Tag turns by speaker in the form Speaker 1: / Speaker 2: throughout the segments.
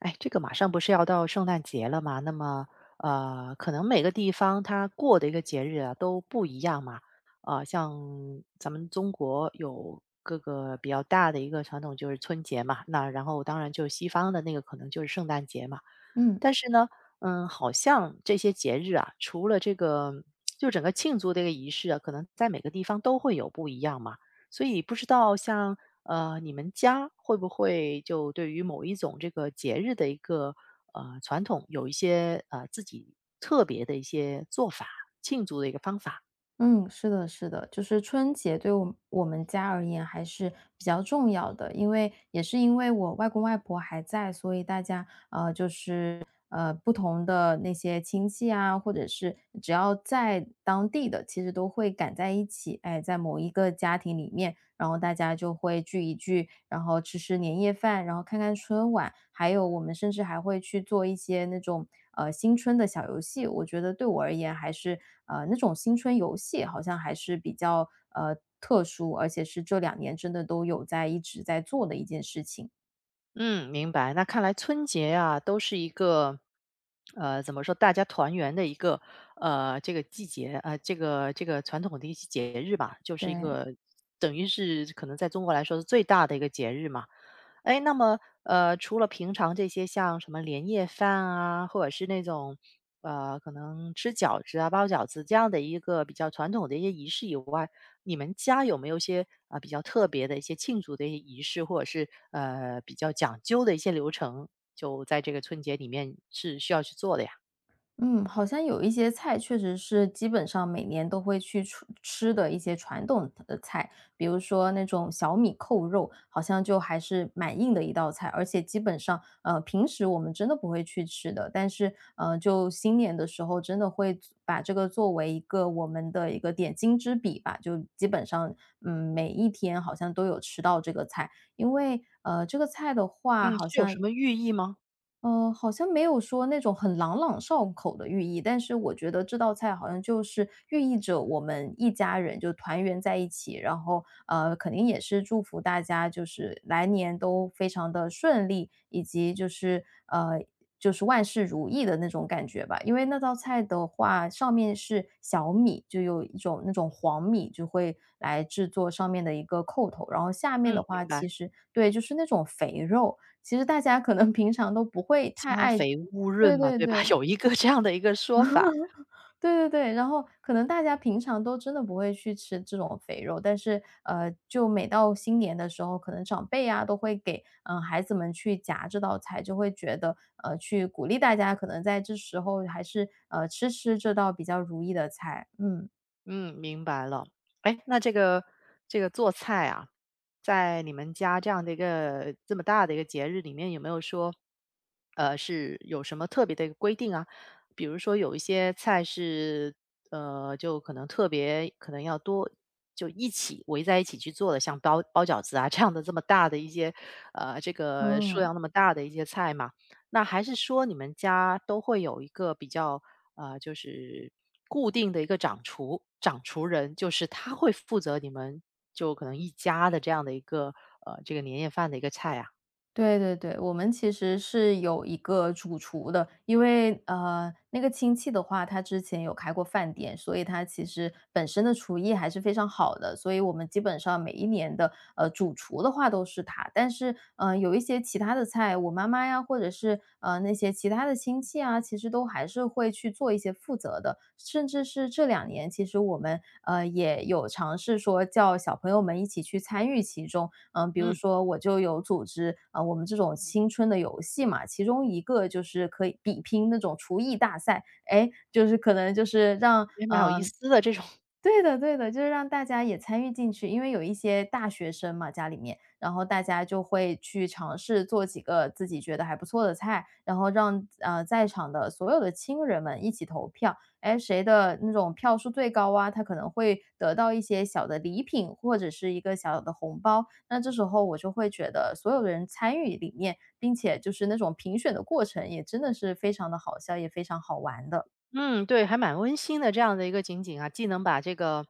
Speaker 1: 哎，这个马上不是要到圣诞节了嘛，那么，可能每个地方它过的一个节日啊都不一样嘛。啊，像咱们中国有各个比较大的一个传统就是春节嘛，那然后当然就是西方的那个可能就是圣诞节嘛。
Speaker 2: 嗯
Speaker 1: 但是呢，嗯，好像这些节日啊，除了这个就整个庆祝的一个仪式啊，可能在每个地方都会有不一样嘛。所以不知道像你们家会不会就对于某一种这个节日的一个传统，有一些自己特别的一些做法，庆祝的一个方法？
Speaker 2: 嗯，是的，是的，就是春节对我们家而言还是比较重要的，因为也是因为我外公外婆还在，所以大家不同的那些亲戚啊，或者是只要在当地的，其实都会赶在一起，哎，在某一个家庭里面，然后大家就会聚一聚，然后吃吃年夜饭，然后看看春晚，还有我们甚至还会去做一些那种新春的小游戏。我觉得对我而言，还是那种新春游戏好像还是比较特殊，而且是这两年真的都有在一直在做的一件事情。
Speaker 1: 嗯，明白。那看来春节啊，都是一个怎么说，大家团圆的一个这个季节这个传统的一些节日吧，就是一
Speaker 2: 对，
Speaker 1: 个等于是可能在中国来说是最大的一个节日嘛。哎，那么，除了平常这些像什么年夜饭啊，或者是那种，可能吃饺子啊、包饺子这样的一个比较传统的一些仪式以外，你们家有没有一些啊、比较特别的一些庆祝的一些仪式，或者是比较讲究的一些流程，就在这个春节里面是需要去做的呀？
Speaker 2: 嗯，好像有一些菜确实是基本上每年都会去出吃的一些传统的菜，比如说那种小米扣肉，好像就还是蛮硬的一道菜，而且基本上平时我们真的不会去吃的，但是就新年的时候真的会把这个作为一个我们的一个点睛之笔吧，就基本上每一天好像都有吃到这个菜，因为这个菜的话
Speaker 1: 嗯，
Speaker 2: 好
Speaker 1: 是有
Speaker 2: 像
Speaker 1: 什么寓意吗？
Speaker 2: 好像没有说那种很朗朗上口的寓意，但是我觉得这道菜好像就是寓意着我们一家人就团圆在一起，然后肯定也是祝福大家就是来年都非常的顺利，以及就是万事如意的那种感觉吧。因为那道菜的话，上面是小米，就有一种那种黄米，就会来制作上面的一个扣头，然后下面的
Speaker 1: 嗯，明
Speaker 2: 话，
Speaker 1: 白，
Speaker 2: 其实对，就是那种肥肉。其实大家可能平常都不会太
Speaker 1: 家
Speaker 2: 爱
Speaker 1: 肥屋 润
Speaker 2: 对
Speaker 1: 嘛，
Speaker 2: 对
Speaker 1: 对吧？
Speaker 2: 对，
Speaker 1: 有一个这样的一个说法。
Speaker 2: 对对对，然后可能大家平常都真的不会去吃这种肥肉，但是，就每到新年的时候，可能长辈啊都会给，孩子们去夹这道菜，就会觉得，去鼓励大家可能在这时候还是，吃吃这道比较如意的菜，嗯，
Speaker 1: 嗯，明白了。哎，那这个做菜啊，在你们家这样的一个这么大的一个节日里面，有没有说，是有什么特别的一个规定啊？比如说有一些菜是，就可能特别可能要多就一起围在一起去做的，像包包饺子啊这样的这么大的一些，这个数
Speaker 2: 嗯。
Speaker 1: 量那么大的一些菜嘛。那还是说你们家都会有一个比较，就是固定的一个掌厨人，就是他会负责你们就可能一家的这样的一个，这个年夜饭的一个菜啊？
Speaker 2: 对对对，我们其实是有一个主厨的，因为那个亲戚的话，他之前有开过饭店，所以他其实本身的厨艺还是非常好的，所以我们基本上每一年的主厨的话都是他。但是有一些其他的菜，我妈妈呀，或者是那些其他的亲戚啊，他其实都还是会去做一些负责的。甚至是这两年，其实我们，也有尝试说叫小朋友们一起去参与其中。嗯，比如
Speaker 1: 嗯，
Speaker 2: 说我就有组织，啊，我们这种青春的游戏嘛，其中一个就是可以比拼那种厨艺大赛。哎，就是可能就是让，
Speaker 1: 也蛮有
Speaker 2: 嗯。
Speaker 1: 意思的这种。
Speaker 2: 对的对的，就是让大家也参与进去。因为有一些大学生嘛，家里面，然后大家就会去尝试做几个自己觉得还不错的菜，然后让，在场的所有的亲人们一起投票。哎，谁的那种票数最高啊，他可能会得到一些小的礼品，或者是一个小的红包。那这时候我就会觉得所有人参与里面，并且就是那种评选的过程也真的是非常的好笑，也非常好玩的，
Speaker 1: 嗯，对，还蛮温馨的这样的一个情景啊，既能把这个，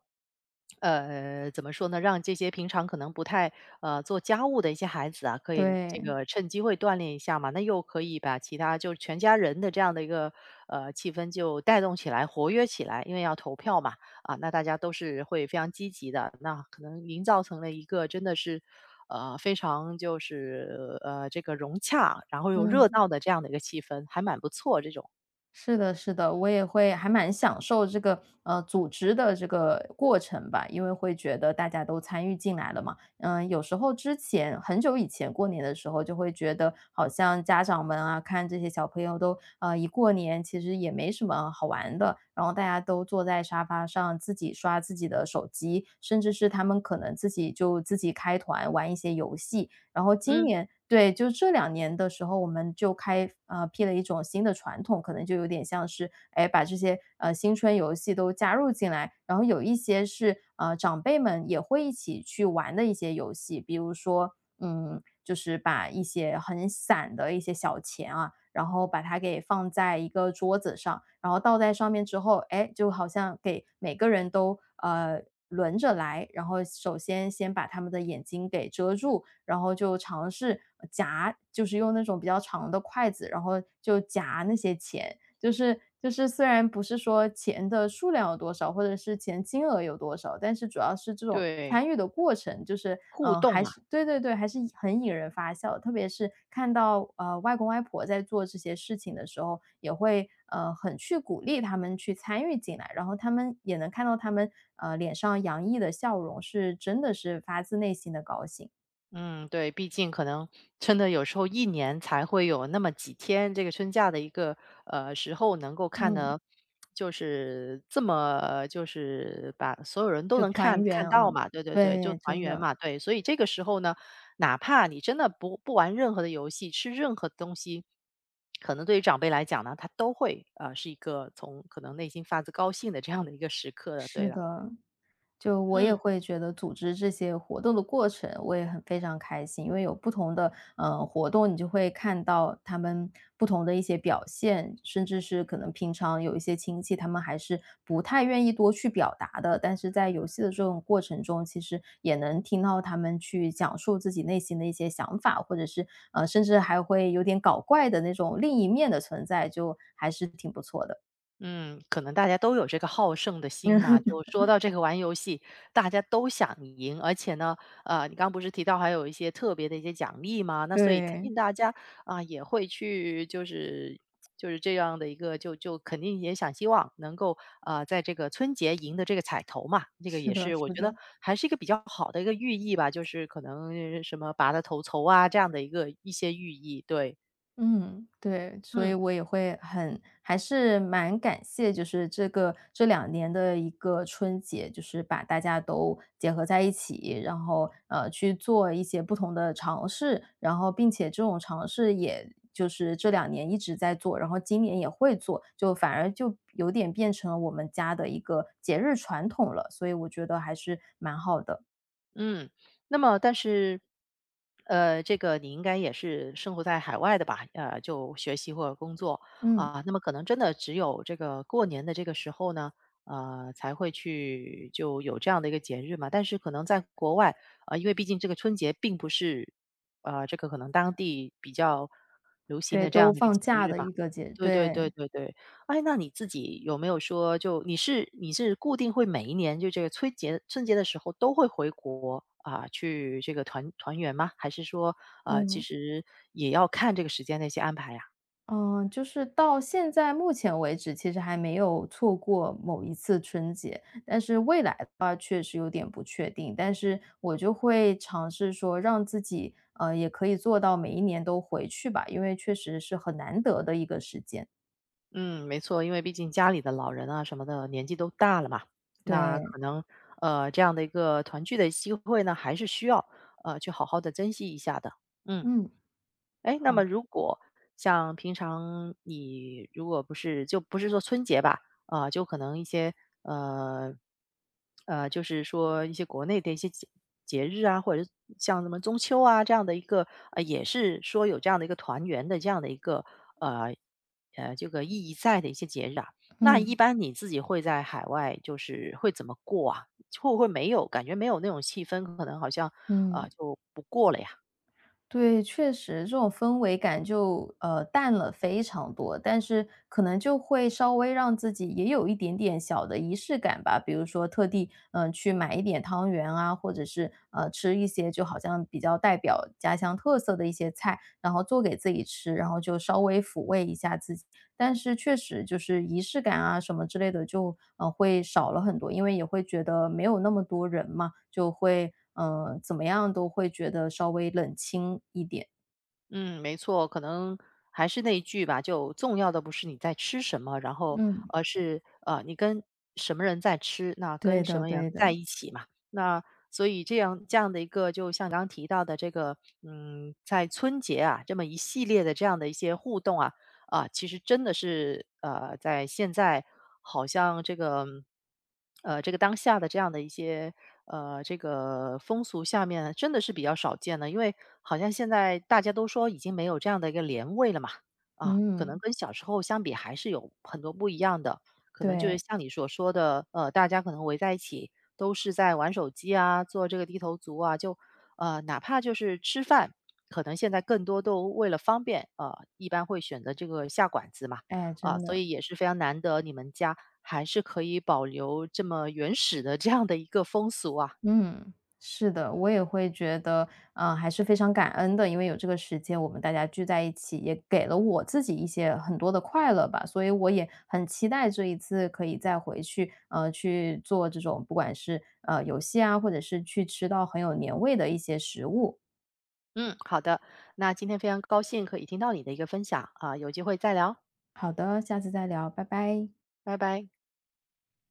Speaker 1: 怎么说呢，让这些平常可能不太做家务的一些孩子啊，可以这
Speaker 2: 对，
Speaker 1: 个趁机会锻炼一下嘛，那又可以把其他就是全家人的这样的一个气氛就带动起来、活跃起来，因为要投票嘛，啊，那大家都是会非常积极的，那可能营造成了一个真的是。非常就是这个融洽，然后又热
Speaker 2: 嗯。
Speaker 1: 闹的这样的一个气氛，还蛮不错。这种，
Speaker 2: 是的，是的，我也会还蛮享受这个组织的这个过程吧，因为会觉得大家都参与进来了嘛。嗯、有时候之前很久以前过年的时候，就会觉得好像家长们啊，看这些小朋友都一过年其实也没什么好玩的，然后大家都坐在沙发上自己刷自己的手机，甚至是他们可能自己就自己开团玩一些游戏，然后今
Speaker 1: 嗯，
Speaker 2: 年对，就这两年的时候，我们就开辟了一种新的传统，可能就有点像是，哎，把这些，新春游戏都加入进来，然后有一些是，长辈们也会一起去玩的一些游戏。比如说，嗯，就是把一些很散的一些小钱啊，然后把它给放在一个桌子上，然后倒在上面之后，哎，就好像给每个人都，轮着来，然后首先先把他们的眼睛给遮住，然后就尝试夹，就是用那种比较长的筷子，然后就夹那些钱。就是虽然不是说钱的数量有多少，或者是钱金额有多少，但是主要是这种
Speaker 1: 对。
Speaker 2: 参与的过程，就是
Speaker 1: 互
Speaker 2: 嗯呃
Speaker 1: 动
Speaker 2: 还
Speaker 1: 嘛，
Speaker 2: 是对对对，还是很引人发笑的。特别是看到外公外婆在做这些事情的时候，也会很去鼓励他们去参与进来，然后他们也能看到他们脸上洋溢的笑容，是真的是发自内心的高兴。
Speaker 1: 嗯，对，毕竟可能真的有时候一年才会有那么几天这个春假的一个时候，能够看
Speaker 2: 嗯。
Speaker 1: 的，就是这么就是把所有人都
Speaker 2: 就
Speaker 1: 能
Speaker 2: 团
Speaker 1: 看看
Speaker 2: 圆啊，
Speaker 1: 到嘛，对对对，就
Speaker 2: 对，
Speaker 1: 团
Speaker 2: 真
Speaker 1: 圆
Speaker 2: 的，
Speaker 1: 嘛，对，所以这个时候呢，哪怕你真的不玩任何的游戏，吃任何东西。可能对于长辈来讲呢，他都会是一个从可能内心发自高兴的这样的一个时刻的，对
Speaker 2: 是
Speaker 1: 了，
Speaker 2: 的。就我也
Speaker 1: 嗯，
Speaker 2: 会觉得组织这些活动的过程，我也很非常开心，因为有不同的，活动，你就会看到他们不同的一些表现，甚至是可能平常有一些亲戚，他们还是不太愿意多去表达的，但是在游戏的这种过程中，其实也能听到他们去讲述自己内心的一些想法，或者是，甚至还会有点搞怪的那种另一面的存在，就还是挺不错的。
Speaker 1: 嗯，可能大家都有这个好胜的心嘛。就 说到这个玩游戏，大家都想赢，而且呢，你刚不是提到还有一些特别的一些奖励嘛？那所以肯
Speaker 2: 对，
Speaker 1: 定大家啊、也会去，就是这样的一个，就肯定也想希望能够啊、在这个春节赢的这个彩头嘛。这个
Speaker 2: 是
Speaker 1: 也
Speaker 2: 的
Speaker 1: 是我
Speaker 2: 是
Speaker 1: 觉得
Speaker 2: 的，
Speaker 1: 还是一个比较好的一个寓意吧，就是可能什么拔得头筹啊这样的一个一些寓意。对，
Speaker 2: 嗯，对，所
Speaker 1: 嗯。
Speaker 2: 以我也会很还是蛮感谢，就是这个这两年的一个春节，就是把大家都结合在一起，然后，去做一些不同的尝试，然后并且这种尝试也就是这两年一直在做，然后今年也会做，就反而就有点变成了我们家的一个节日传统了，所以我觉得还是蛮好的。
Speaker 1: 嗯，那么但是，这个你应该也是生活在海外的吧？就学习或者工作
Speaker 2: 嗯，
Speaker 1: 啊，那么可能真的只有这个过年的这个时候呢，才会去就有这样的一个节日嘛。但是可能在国外，因为毕竟这个春节并不是，这个可能当地比较流行
Speaker 2: 对，
Speaker 1: 的这样
Speaker 2: 都
Speaker 1: 的一个
Speaker 2: 放
Speaker 1: 节
Speaker 2: 假
Speaker 1: 日
Speaker 2: 的
Speaker 1: 嘛。
Speaker 2: 一个节
Speaker 1: 对对对
Speaker 2: 对，
Speaker 1: 对对。哎，那你自己有没有说，就你是固定会每一年就这个春节的时候都会回国啊、去这个团团圆吗？还是说其
Speaker 2: 嗯。
Speaker 1: 实也要看这个时间的一些安排呀、
Speaker 2: 嗯，就是到现在目前为止，其实还没有错过某一次春节，但是未来的话确实有点不确定。但是我就会尝试说，让自己也可以做到每一年都回去吧，因为确实是很难得的一个时间。
Speaker 1: 嗯，没错，因为毕竟家里的老人啊什么的年纪都大了嘛，那
Speaker 2: 对，
Speaker 1: 可能这样的一个团聚的机会呢，还是需要去好好的珍惜一下的。嗯。
Speaker 2: 嗯，
Speaker 1: 哎，那
Speaker 2: 好，
Speaker 1: 么如果像平常你如果不是就不是说春节吧，啊、就可能一些呃就是说一些国内的一些节日啊，或者是像什么中秋啊这样的一个，也是说有这样的一个团圆的这样的一个呃这个意义在的一些节日啊。那一
Speaker 2: 嗯
Speaker 1: 般你自己会在海外就是会怎么过啊？会不会没有感觉没有那种气氛，可能好像
Speaker 2: 嗯。
Speaker 1: 就不过了呀？
Speaker 2: 对，确实这种氛围感就，淡了非常多，但是可能就会稍微让自己也有一点点小的仪式感吧。比如说特地，去买一点汤圆啊，或者是，吃一些就好像比较代表家乡特色的一些菜，然后做给自己吃，然后就稍微抚慰一下自己。但是确实就是仪式感啊什么之类的就，会少了很多。因为也会觉得没有那么多人嘛，就会，怎么样都会觉得稍微冷清一点。
Speaker 1: 嗯，没错，可能还是那一句吧，就重要的不是你在吃什么，然后
Speaker 2: 嗯。
Speaker 1: 而是你跟什么人在吃，那
Speaker 2: 对
Speaker 1: 跟什
Speaker 2: 的
Speaker 1: 么人
Speaker 2: 对
Speaker 1: 在
Speaker 2: 的。
Speaker 1: 一起嘛。那所以这样的一个，就像刚刚提到的这个，嗯，在春节啊这么一系列的这样的一些互动啊，啊，其实真的是在现在好像这个这个当下的这样的一些这个风俗下面，真的是比较少见的，因为好像现在大家都说已经没有这样的一个年味了嘛，啊，可能
Speaker 2: 嗯，
Speaker 1: 跟小时候相比还是有很多不一样的，可能就是
Speaker 2: 对，
Speaker 1: 像你所说的，大家可能围在一起。都是在玩手机啊，做这个低头族啊，就哪怕就是吃饭，可能现在更多都为了方便，一般会选择这个下馆子嘛，
Speaker 2: 哎，
Speaker 1: 啊，
Speaker 2: 真
Speaker 1: 所
Speaker 2: 的。
Speaker 1: 以也是非常难得你们家还是可以保留这么原始的这样的一个风俗啊。
Speaker 2: 嗯，是的，我也会觉得，还是非常感恩的，因为有这个时间，我们大家聚在一起，也给了我自己一些很多的快乐吧。所以我也很期待这一次可以再回去，去做这种不管是游戏啊，或者是去吃到很有年味的一些食物。
Speaker 1: 嗯，好的，那今天非常高兴可以听到你的一个分享啊，有机会再聊，
Speaker 2: 好的，下次再聊，拜拜。
Speaker 1: 拜拜。